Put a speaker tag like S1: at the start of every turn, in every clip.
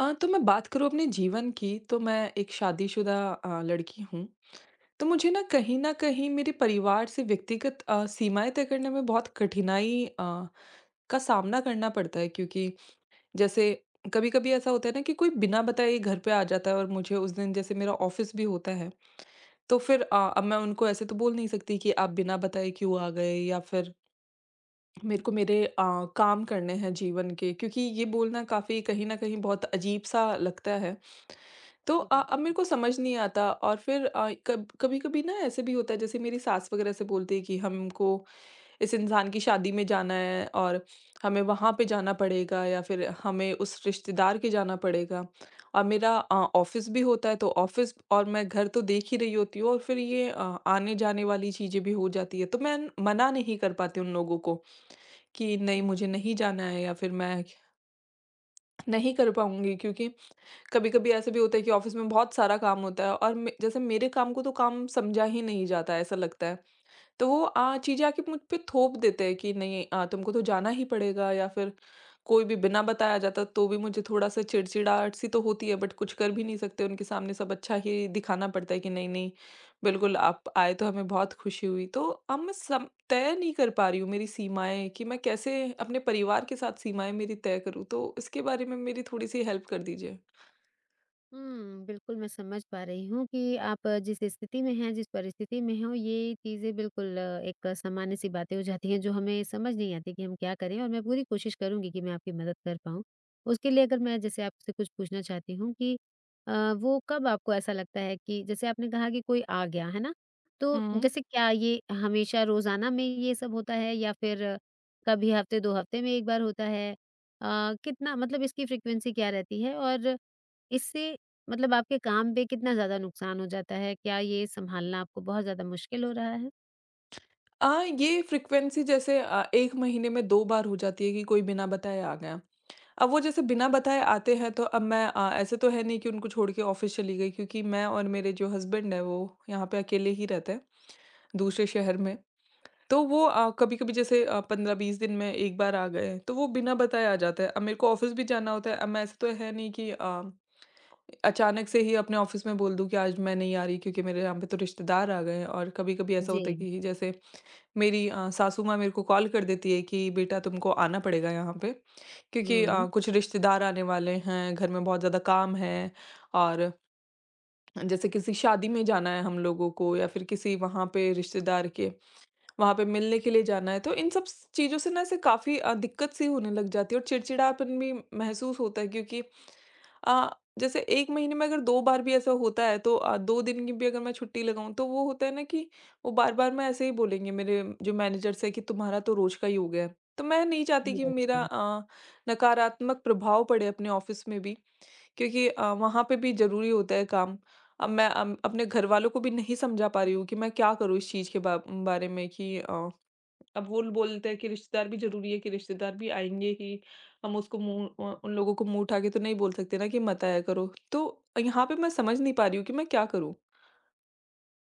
S1: तो मैं बात करूँ अपने जीवन की, तो मैं एक शादीशुदा लड़की हूँ। तो मुझे ना कहीं न कहीं मेरे परिवार से व्यक्तिगत सीमाएँ तय करने में बहुत कठिनाई का सामना करना पड़ता है, क्योंकि जैसे कभी-कभी ऐसा होता है ना कि कोई बिना बताए ही घर पे आ जाता है, और मुझे उस दिन जैसे मेरा ऑफ़िस भी होता है। तो फिर अब मैं उनको ऐसे तो बोल नहीं सकती कि आप बिना बताए क्यों आ गए, या फिर मेरे को मेरे काम करने हैं जीवन के, क्योंकि ये बोलना काफ़ी कहीं न कहीं बहुत अजीब-सा लगता है। तो
S2: जी, बिल्क
S1: अब मेरे को समझ नहीं आता। और फिर कब कभी-कभी ना ऐसे भी होता है, जैसे मेरी सास वग़ैरह से बोलती है कि हमको इस इंसान की शादी में जाना है और हमें वहाँ पे जाना पड़ेगा, या फिर हमें उस रिश्तेदार के जाना पड़ेगा। और मेरा ऑफ़िस भी होता है, तो ऑफ़िस और मैं घर तो देख ही रही होती हूँ, और फिर ये आने-जाने वाली चीज़ें भी हो जाती है, तो मैं मना नहीं कर पाती उन लोगों को। कि नहीं,
S2: हुँ।
S1: मुझे नहीं जाना है, या फिर मैं नहीं कर पाऊँगी, क्योंकि कभी-कभी ऐसा भी होता है कि ऑफ़िस में बहुत सारा काम होता है, और मे जैसे मेरे काम को तो काम समझा ही नहीं जाता है, ऐसा लगता है। तो वो चीज़ें आके मुझ पे थोप देते हैं कि नहीं, तुमको तो जाना ही पड़ेगा। या फिर कोई भी बिना बताया जाता तो भी मुझे थोड़ा-सा चिड़चिड़ाहट सी तो होती है, बट कुछ कर भी नहीं सकते। उनके सामने सब अच्छा ही दिखाना पड़ता है कि नहीं-नहीं, बिल्कुल आप आए तो हमें बहुत खुशी हुई। तो अब मैं सम तय नहीं कर पा रही हूँ मेरी सीमाएँ कि मैं कैसे अपने परिवार के साथ सीमाएँ मेरी तय करूँ? तो इसके बारे में मेरी थोड़ी-सी हेल्प कर दीजिए।
S2: बिल्कुल मैं समझ पा रही हूँ कि आप जिस स्थिति में हैं, जिस परिस्थिति में हो, ये चीज़ें बिल्कुल एक सामान्य-सी बातें हो जाती हैं, जो हमें समझ नहीं आती कि हम क्या करें। और मैं पूरी कोशिश करूँगी कि मैं आपकी मदद कर पाऊँ। उसके लिए अगर मैं जैसे आपसे कुछ पूछना चाहती हूँ कि वो कब आपको ऐसा लगता है कि जैसे आपने कहा कि कोई आ गया, है ना? तो
S1: हुँ।
S2: जैसे क्या ये हमेशा रोज़ाना में ये सब होता है, या फिर कभी हफ़्ते, 2 हफ़्ते में 1 बार होता है? कितना मतलब इसकी फ्रीक्वेंसी क्या रहती है? और इससे मतलब आपके काम पे कितना ज़्यादा नुकसान हो जाता है? क्या ये सँभालना आपको बहुत ज़्यादा मुश्किल हो रहा है?
S1: अ, ये फ्रीक्वेंसी जैसे 1 महीने में 2 बार हो जाती है कि कोई बिना बताए आ गया। अब वो जैसे बिना बताए आते हैं, तो अब मैं ऐसे तो है नहीं कि उनको छोड़ के ऑफ़िस चली गई, क्योंकि मैं और मेरे जो हस्बैंड हैं वो यहाँ पे अकेले ही रहते हैं, दूसरे शहर में। तो वो कभी-कभी जैसे 15-20 दिन में 1 बार आ गए, तो वो बिना बताए आ जाते हैं। अब मेरे को ऑफ़िस भी जाना होता है, अब मैं ऐसा तो है नहीं कि अचानक से ही अपने ऑफ़िस में बोल दूँ कि आज मैं नहीं आ रही, क्योंकि मेरे यहाँ पे तो रिश्तेदार आ गए हैं। और कभी-कभी ऐसा
S2: जी।
S1: होता है कि जैसे मेरी सासू माँ मेरे को कॉल कर देती है कि बेटा तुमको आना पड़ेगा यहाँ पे। क्योंकि
S2: हुँ।
S1: कुछ रिश्तेदार आने वाले हैं, घर में बहुत ज़्यादा काम है, और जैसे किसी शादी में जाना है हम लोगों को, या फिर किसी वहाँ पे रिश्तेदार के वहाँ पे मिलने के लिए जाना है, तो इन सब स चीज़ों से ना ऐसे काफ़ी दिक्कत-सी होने लग जाती है और चिड़चिड़ापन भी महसूस होता है। क्योंकि अ, जैसे 1 महीने में अगर 2 बार भी ऐसा होता है, तो 2 दिन की भी अगर मैं छुट्टी लगाऊँ तो वो होता है ना कि वो बार-बार मैं ऐसे ही बोलेंगे, मेरे जो मैनेजर्स हैं, कि तुम्हारा तो रोज़ का ही हो गया है। तो मैं नहीं चाहती
S2: जी,
S1: कि मेरा
S2: बिल्कुल।
S1: नकारात्मक प्रभाव पड़े अपने ऑफ़िस में भी, क्योंकि वहाँ पे भी ज़रूरी होता है काम। अब मैं अपने घरवालों को भी नहीं समझा पा रही हूँ कि मैं क्या करूँ इस चीज़ के बा बारे में, कि अब वो ल बोलते हैं कि रिश्तेदार भी ज़रूरी है, कि रिश्तेदार भी आएँगे ही। हम उन लोगों को मुँह उठा के तो नहीं बोल सकते ना कि मत आया करो। तो यहाँ पे मैं समझ नहीं पा रही हूँ कि मैं क्या करूँ?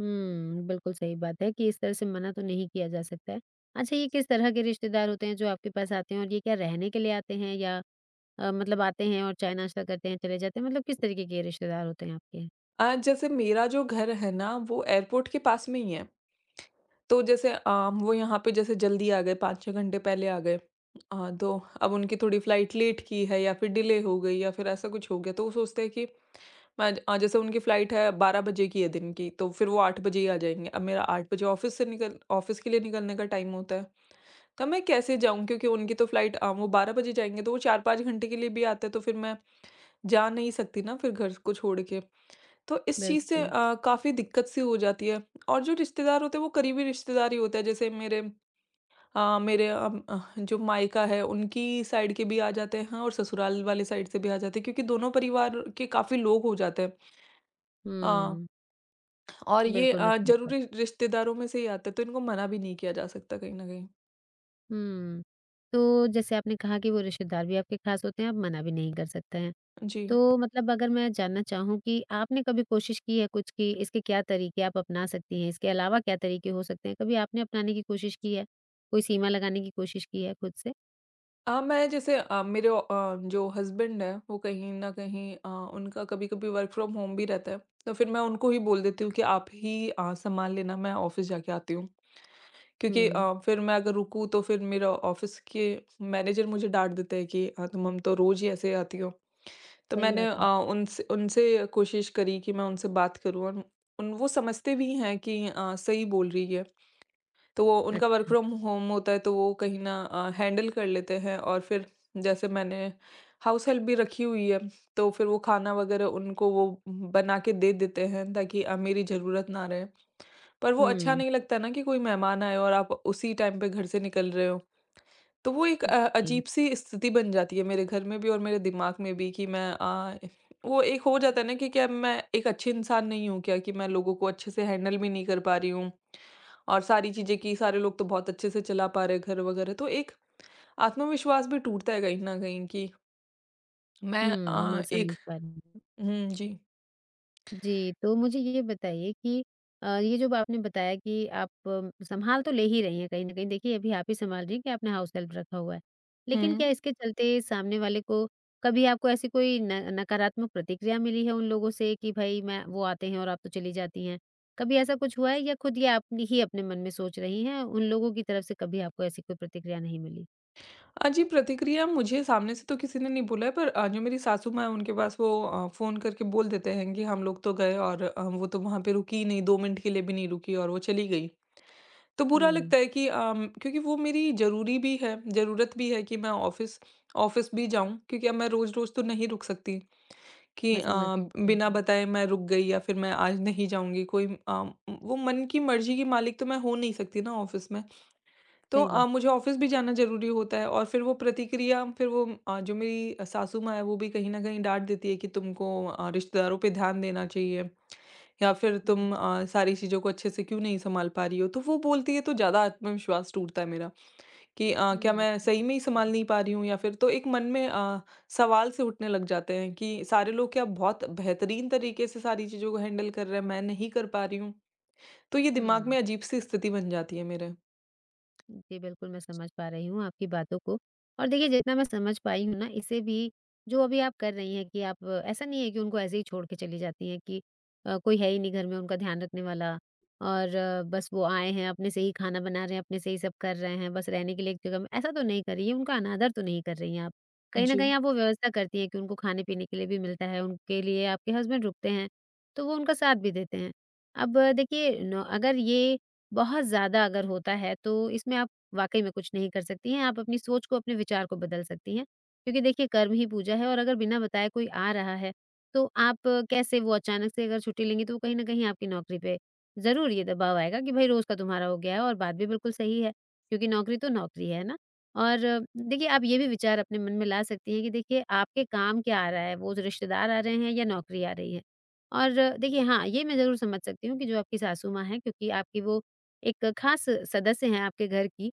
S2: बिल्कुल सही बात है कि इस तरह से मना तो नहीं किया जा सकता है। अच्छा, ये किस तरह के रिश्तेदार होते हैं जो आपके पास आते हैं, और ये क्या रहने के लिए आते हैं, या मतलब आते हैं और चाय-नाश्ता करते हैं, चले जाते हैं? मतलब किस तरीके के रिश्तेदार होते हैं आपके?
S1: जैसे मेरा जो घर है ना वो एयरपोर्ट के पास में ही है। तो जैसे वो यहाँ पे जैसे जल्दी आ गए, 5-6 घंटे पहले आ गए। तो अब उनकी थोड़ी फ्लाइट लेट की है, या फिर डिले हो गई, या फिर ऐसा कुछ हो गया। तो वो सोचते हैं कि जैसे उनकी फ्लाइट है 12 बजे की है दिन की, तो फिर वो 8 बजे ही आ जाएँगे। अब मेरा 8 बजे ऑफ़िस के लिए निकलने का टाइम होता है, तब मैं कैसे जाऊँ? क्योंकि उनकी तो फ्लाइट अ, वो 12 बजे जाएँगे, तो वो 4-5 घंटे के लिए भी आते हैं, तो फिर मैं जा नहीं सकती ना फिर घर को छोड़ के। तो इस चीज़ से
S2: बिल्कुल।
S1: काफ़ी दिक्कत सी हो जाती है। और जो रिश्तेदार होते हैं, वो करीबी रिश्तेदार ही होते हैं। जैसे मेरे अ, मेरे अम अ, जो मायका है, उनकी साइड के भी आ जाते हैं और ससुराल वाले साइड से भी आ जाते हैं, क्योंकि दोनों परिवार के काफ़ी लोग हो जाते हैं। अ
S2: हुँ,
S1: और ये
S2: बिल्कुल मैं समझ
S1: ज़रूरी
S2: पाती हूँ।
S1: रिश्तेदारों में से ही आता है, तो इनको मना भी नहीं किया जा सकता कहीं न कहीं।
S2: हुँ, तो जैसे आपने कहा कि वो रिश्तेदार भी आपके ख़ास होते हैं, आप मना भी नहीं कर सकते हैं।
S1: जी।
S2: तो मतलब अगर मैं जानना चाहूँ कि आपने कभी कोशिश की है कुछ, कि इसके क्या तरीके आप अपना सकती हैं? इसके अलावा क्या तरीके हो सकते हैं? कभी आपने अपनाने की कोशिश की है? कोई सीमा लगाने की कोशिश की है खुद से?
S1: मेरे जो हस्बैंड हैं, वो कहीं न कहीं उनका कभी-कभी वर्क फ्रॉम होम भी रहता है, तो फिर मैं उनको ही बोल देती हूँ कि आप ही सँभाल लेना, मैं ऑफ़िस जाके आती हूँ। क्योंकि
S2: हुँ,
S1: फिर मैं अगर रुकूँ, तो फिर मेरा ऑफ़िस के मैनेजर मुझे डाँट देते हैं कि तुम हम तो रोज़ ही ऐसे आती हो। तो
S2: सही
S1: मैंने
S2: बात है।
S1: उनसे उनसे कोशिश करी कि मैं उनसे बात करूँ, और उन वो समझते भी हैं कि सही बोल रही है। तो वो उनका वर्क
S2: अच्छा।
S1: फ्रॉम होम होता है, तो वो कहीं ना हैंडल कर लेते हैं। और फिर जैसे मैंने हाउस हेल्प भी रखी हुई है, तो फिर वो खाना वगैरह उनको वो बना के दे देते हैं, ताकि मेरी ज़रूरत ना रहे। पर वो अच्छा
S2: हुँ,
S1: नहीं लगता ना कि कोई मेहमान आए और आप उसी टाइम पे घर से निकल रहे हो। तो वो एक
S2: जी।
S1: अजीब-सी स्थिति बन जाती है मेरे घर में भी और मेरे दिमाग में भी, कि वो एक हो जाता है ना कि क्या मैं एक अच्छी इंसान नहीं हूँ क्या? कि मैं लोगों को अच्छे से हैंडल भी नहीं कर पा रही हूँ। और सारी चीज़ें कि सारे लोग तो बहुत अच्छे से चला पा रहे हैं घर वगैरह। तो एक आत्मविश्वास भी टूटता है कहीं न कहीं कि मैं
S2: मैं
S1: एक।
S2: समझ पा रही हूँ।
S1: हुँ, जी।
S2: जी, तो मुझे ये बताइए कि ये जो आपने बताया कि आप सँभाल तो ले ही रही हैं कहीं न कहीं। देखिए, अभी आप ही सँभाल रही हैं, कि आपने हाउस हेल्प रखा हुआ है।
S1: हुँ।
S2: लेकिन क्या इसके चलते सामने वाले को, कभी आपको ऐसी कोई न नकारात्मक प्रतिक्रिया मिली है उन लोगों से, कि भई मैं वो आते हैं और आप तो चली जाती हैं? कभी ऐसा कुछ हुआ है, या खुद ये आप ही अपने मन में सोच रही हैं, उन लोगों की तरफ से कभी आपको ऐसी कोई प्रतिक्रिया नहीं मिली?
S1: हाँ जी, प्रतिक्रिया मुझे सामने से तो किसी ने नहीं बोला है। पर जो मेरी सासू माँ हैं उनके पास वो फ़ोन करके बोल देते हैं कि हम लोग तो गए, और वो तो वहाँ पे रुकी ही नहीं, 2 मिनट के लिए भी नहीं रुकी और वो चली गई। तो बुरा
S2: हुँ,
S1: लगता है, कि क्योंकि वो मेरी ज़रूरी भी है, ज़रूरत भी है कि मैं ऑफ़िस ऑफ़िस भी जाऊँ, क्योंकि अब मैं रोज़-रोज़ तो नहीं रुक सकती कि
S2: मैं समझ सकती हूँ।
S1: बिना बताए मैं रुक गई, या फिर मैं आज नहीं जाऊँगी कोई। वो मन की मर्ज़ी की मालिक तो मैं हो नहीं सकती ना ऑफ़िस में। तो
S2: सही बात।
S1: मुझे ऑफ़िस भी जाना ज़रूरी होता है। और फिर वो प्रतिक्रिया फिर वो अ, जो मेरी सासू माँ है वो भी कहीं न कहीं डाँट देती है कि तुमको रिश्तेदारों पे ध्यान देना चाहिए, या फिर
S2: हुँ।
S1: तुम सारी चीज़ों को अच्छे से क्यों नहीं सँभाल पा रही हो? तो वो बोलती है तो ज़्यादा आत्मविश्वास टूटता है मेरा, कि क्या मैं
S2: समझ
S1: सही में ही
S2: सकती
S1: सँभाल
S2: हूँ।
S1: नहीं पा रही हूँ। या फिर तो एक मन में सवाल से उठने लग जाते हैं कि सारे लोग क्या बहुत बेहतरीन तरीके से सारी चीज़ों को हैंडल कर रहे हैं, मैं नहीं कर पा रही हूँ। तो ये दिमाग
S2: हुँ।
S1: में अजीब-सी स्थिति बन जाती है मेरे।
S2: जी, बिल्कुल मैं समझ पा रही हूँ आपकी बातों को। और देखिए जितना मैं समझ पाई हूँ ना इससे भी, जो अभी आप कर रही हैं, कि आप ऐसा नहीं है कि उनको ऐसे ही छोड़ के चली जाती हैं, कि कोई है ही नहीं घर में उनका ध्यान रखने वाला। और बस वो आए हैं, अपने से ही खाना बना रहे हैं, अपने से ही सब कर रहे हैं, बस रहने के लिए एक जगह में। ऐसा तो नहीं कर रही है, उनका अनादर तो नहीं कर रही हैं आप। कहीं ना
S1: जी।
S2: कहीं आप वो व्यवस्था करती हैं कि उनको खाने पीने के लिए भी मिलता है, उनके लिए आपके हस्बैंड रुकते हैं, तो वो उनका साथ भी देते हैं। अब देखिए अगर ये बहुत ज़्यादा अगर होता है, तो इसमें आप वाक़ई में कुछ नहीं कर सकती हैं, आप अपनी सोच को, अपने विचार को बदल सकती हैं। क्योंकि देखिए कर्म ही पूजा है, और अगर बिना बताए कोई आ रहा है, तो आप कैसे? वो अचानक से अगर छुट्टी लेंगी, तो वो कहीं न कहीं आपकी नौकरी पे ज़रूर ये दबाव आएगा, कि भई रोज़ का तुम्हारा हो गया है, और बात भी बिल्कुल सही है, क्योंकि नौकरी तो नौकरी है ना? और देखिए आप ये भी विचार अपने मन में ला सकती हैं, कि देखिए आपके काम क्या आ रहा है, वो जो रिश्तेदार आ रहे हैं, या नौकरी आ रही है? और देखिए हाँ, ये मैं ज़रूर समझ सकती हूँ कि जो आपकी सासू माँ हैं, क्योंकि आपकी वो एक खास सदस्य हैं आपके घर की,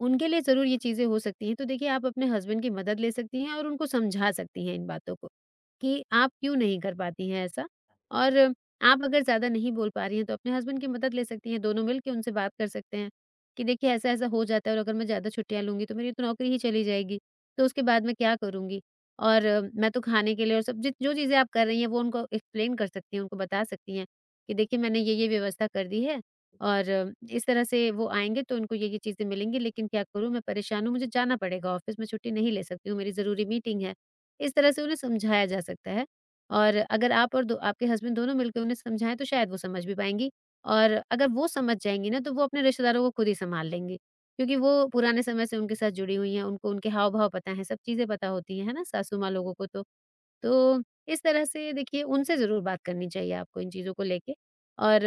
S2: उनके लिए ज़रूर ये चीज़ें हो सकती हैं। तो देखिए आप अपने हस्बैंड की मदद ले सकती हैं, और उनको समझा सकती हैं इन बातों को, कि आप क्यों नहीं कर पाती हैं ऐसा। और आप अगर ज़्यादा नहीं बोल पा रही हैं, तो अपने हस्बैंड की मदद ले सकती हैं, दोनों मिल के उनसे बात कर सकते हैं, कि देखिए ऐसा-ऐसा हो जाता है, और अगर मैं ज़्यादा छुट्टियाँ लूँगी, तो मेरी तो नौकरी ही चली जाएगी, तो उसके बाद मैं क्या करूँगी? और मैं तो खाने के लिए और सब जित जो चीज़ें आप कर रही हैं, वो उनको एक्सप्लेन कर सकती हैं, उनको बता सकती हैं, कि देखिए मैंने ये-ये व्यवस्था कर दी है, और इस तरह से वो आएँगे तो उनको ये-ये चीज़ें मिलेंगी, लेकिन क्या करूँ, मैं परेशान हूँ, मुझे जाना पड़ेगा, ऑफ़िस में छुट्टी नहीं ले सकती हूँ, मेरी ज़रूरी मीटिंग है। इस तरह से उन्हें समझाया जा सकता है। और अगर आप और दो आपके हस्बैंड दोनों मिलके उन्हें समझाएँ, तो शायद वो समझ भी पाएँगी, और अगर वो समझ जाएँगी ना, तो वो अपने रिश्तेदारों को खुद ही सँभाल लेंगी। क्योंकि वो पुराने समय से उनके साथ जुड़ी हुई हैं, उनको उनके हाव-भाव पता हैं, सब चीज़ें पता होती हैं, है ना? सासू माँ लोगों को तो। तो इस तरह से देखिए उनसे ज़रूर बात करनी चाहिए आपको इन चीज़ों को लेके। और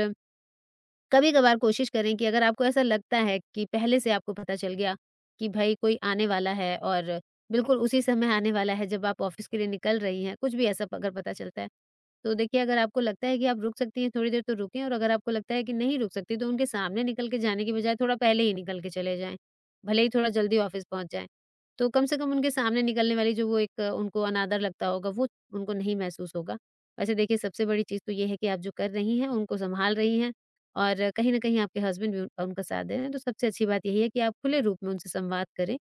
S2: कभी-कभार कोशिश करें कि अगर आपको ऐसा लगता है कि पहले से आपको पता चल गया, कि भाई कोई आने वाला है, और बिल्कुल उसी समय आने वाला है जब आप ऑफिस के लिए निकल रही हैं, कुछ भी ऐसा अगर पता चलता है, तो देखिए अगर आपको लगता है कि आप रुक सकती हैं थोड़ी देर, तो रुकें, और अगर आपको लगता है कि नहीं रुक सकती, तो उनके सामने निकल के जाने की बजाय थोड़ा पहले ही निकल के चले जाएँ। भले ही थोड़ा जल्दी ऑफिस पहुँच जाएँ। तो कम से कम उनके सामने निकलने वाली जो वो एक उनको अनादर लगता होगा, वो उनको नहीं महसूस होगा। वैसे देखिए सबसे बड़ी चीज़ तो ये है कि आप जो कर रही हैं, उनको सँभाल रही हैं। और कहीं न कहीं आपके हस्बैंड भी उनका उनका साथ दे रहे हैं, तो सबसे अच्छी बात यही है कि आप खुले रूप में उनसे संवाद करें,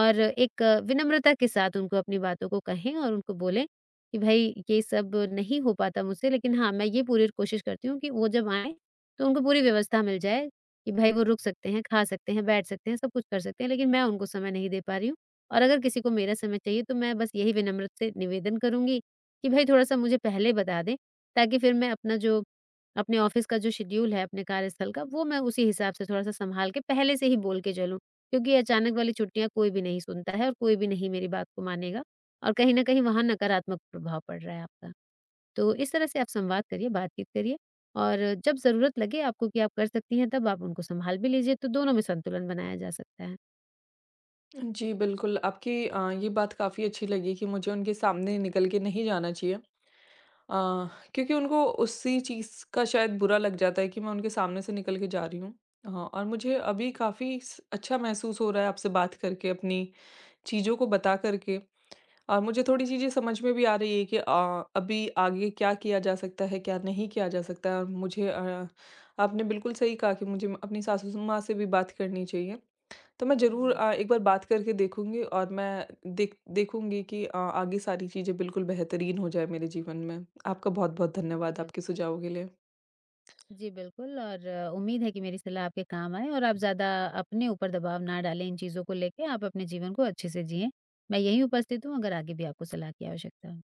S2: और एक विनम्रता के साथ उनको अपनी बातों को कहें, और उनको बोलें कि भई ये सब नहीं हो पाता मुझसे, लेकिन हाँ, मैं ये पूरी कोशिश करती हूँ कि वो जब आएँ, तो उनको पूरी व्यवस्था मिल जाए, कि भई वो रुक सकते हैं, खा सकते हैं, बैठ सकते हैं, सब कुछ कर सकते हैं, लेकिन मैं उनको समय नहीं दे पा रही हूँ, और अगर किसी को मेरा समय चाहिए, तो मैं बस यही विनम्र से निवेदन करूँगी कि भई थोड़ा-सा मुझे पहले बता दें, ताकि फिर मैं अपना जो अपने ऑफिस का जो शेड्यूल है, अपने कार्यस्थल का, वो मैं उसी हिसाब से थोड़ा-सा सँभाल के पहले से ही बोल के चलूँ। क्योंकि अचानक वाली छुट्टियाँ कोई भी नहीं सुनता है, और कोई भी नहीं मेरी बात को मानेगा, और कहीं न कहीं वहाँ नकारात्मक प्रभाव पड़ रहा है आपका। तो इस तरह से आप संवाद करिए, बातचीत करिए, और जब ज़रूरत लगे आपको कि आप कर सकती हैं, तब आप उनको सँभाल भी लीजिए, तो दोनों में संतुलन बनाया जा सकता है।
S1: जी, बिल्कुल, आपकी ये बात काफ़ी अच्छी लगी कि मुझे उनके सामने निकल के नहीं जाना चाहिए। क्योंकि उनको उसी चीज़ का शायद बुरा लग जाता है कि मैं उनके सामने से निकल के जा रही हूँ। और मुझे अभी काफ़ी स अच्छा महसूस हो रहा है आपसे बात करके, अपनी चीज़ों को बता कर के। और मुझे थोड़ी चीज़ें समझ में भी आ रही है कि अभी आगे क्या किया जा सकता है, क्या नहीं किया जा सकता है। और आपने बिल्कुल सही कहा कि मुझे म अपनी सासू स माँ से भी बात करनी चाहिए। तो मैं ज़रूर
S2: जी।
S1: एक बार बात करके देखूँगी। और मैं देखूँगी कि आगे सारी चीज़ें बिल्कुल बेहतरीन हो जाए मेरे जीवन में। आपका बहुत-बहुत
S2: जी,
S1: धन्यवाद आपके
S2: बिल्कुल।
S1: सुझावों के लिए।
S2: जी, बिल्कुल। और उम्मीद है कि मेरी सलाह आपके काम आए, और आप ज़्यादा अपने ऊपर दबाव ना डालें इन चीज़ों को लेके, आप अपने जीवन को अच्छे से जिएँ। मैं यहीं उपस्थित हूँ अगर आगे भी आपको सलाह की आवश्यकता हो।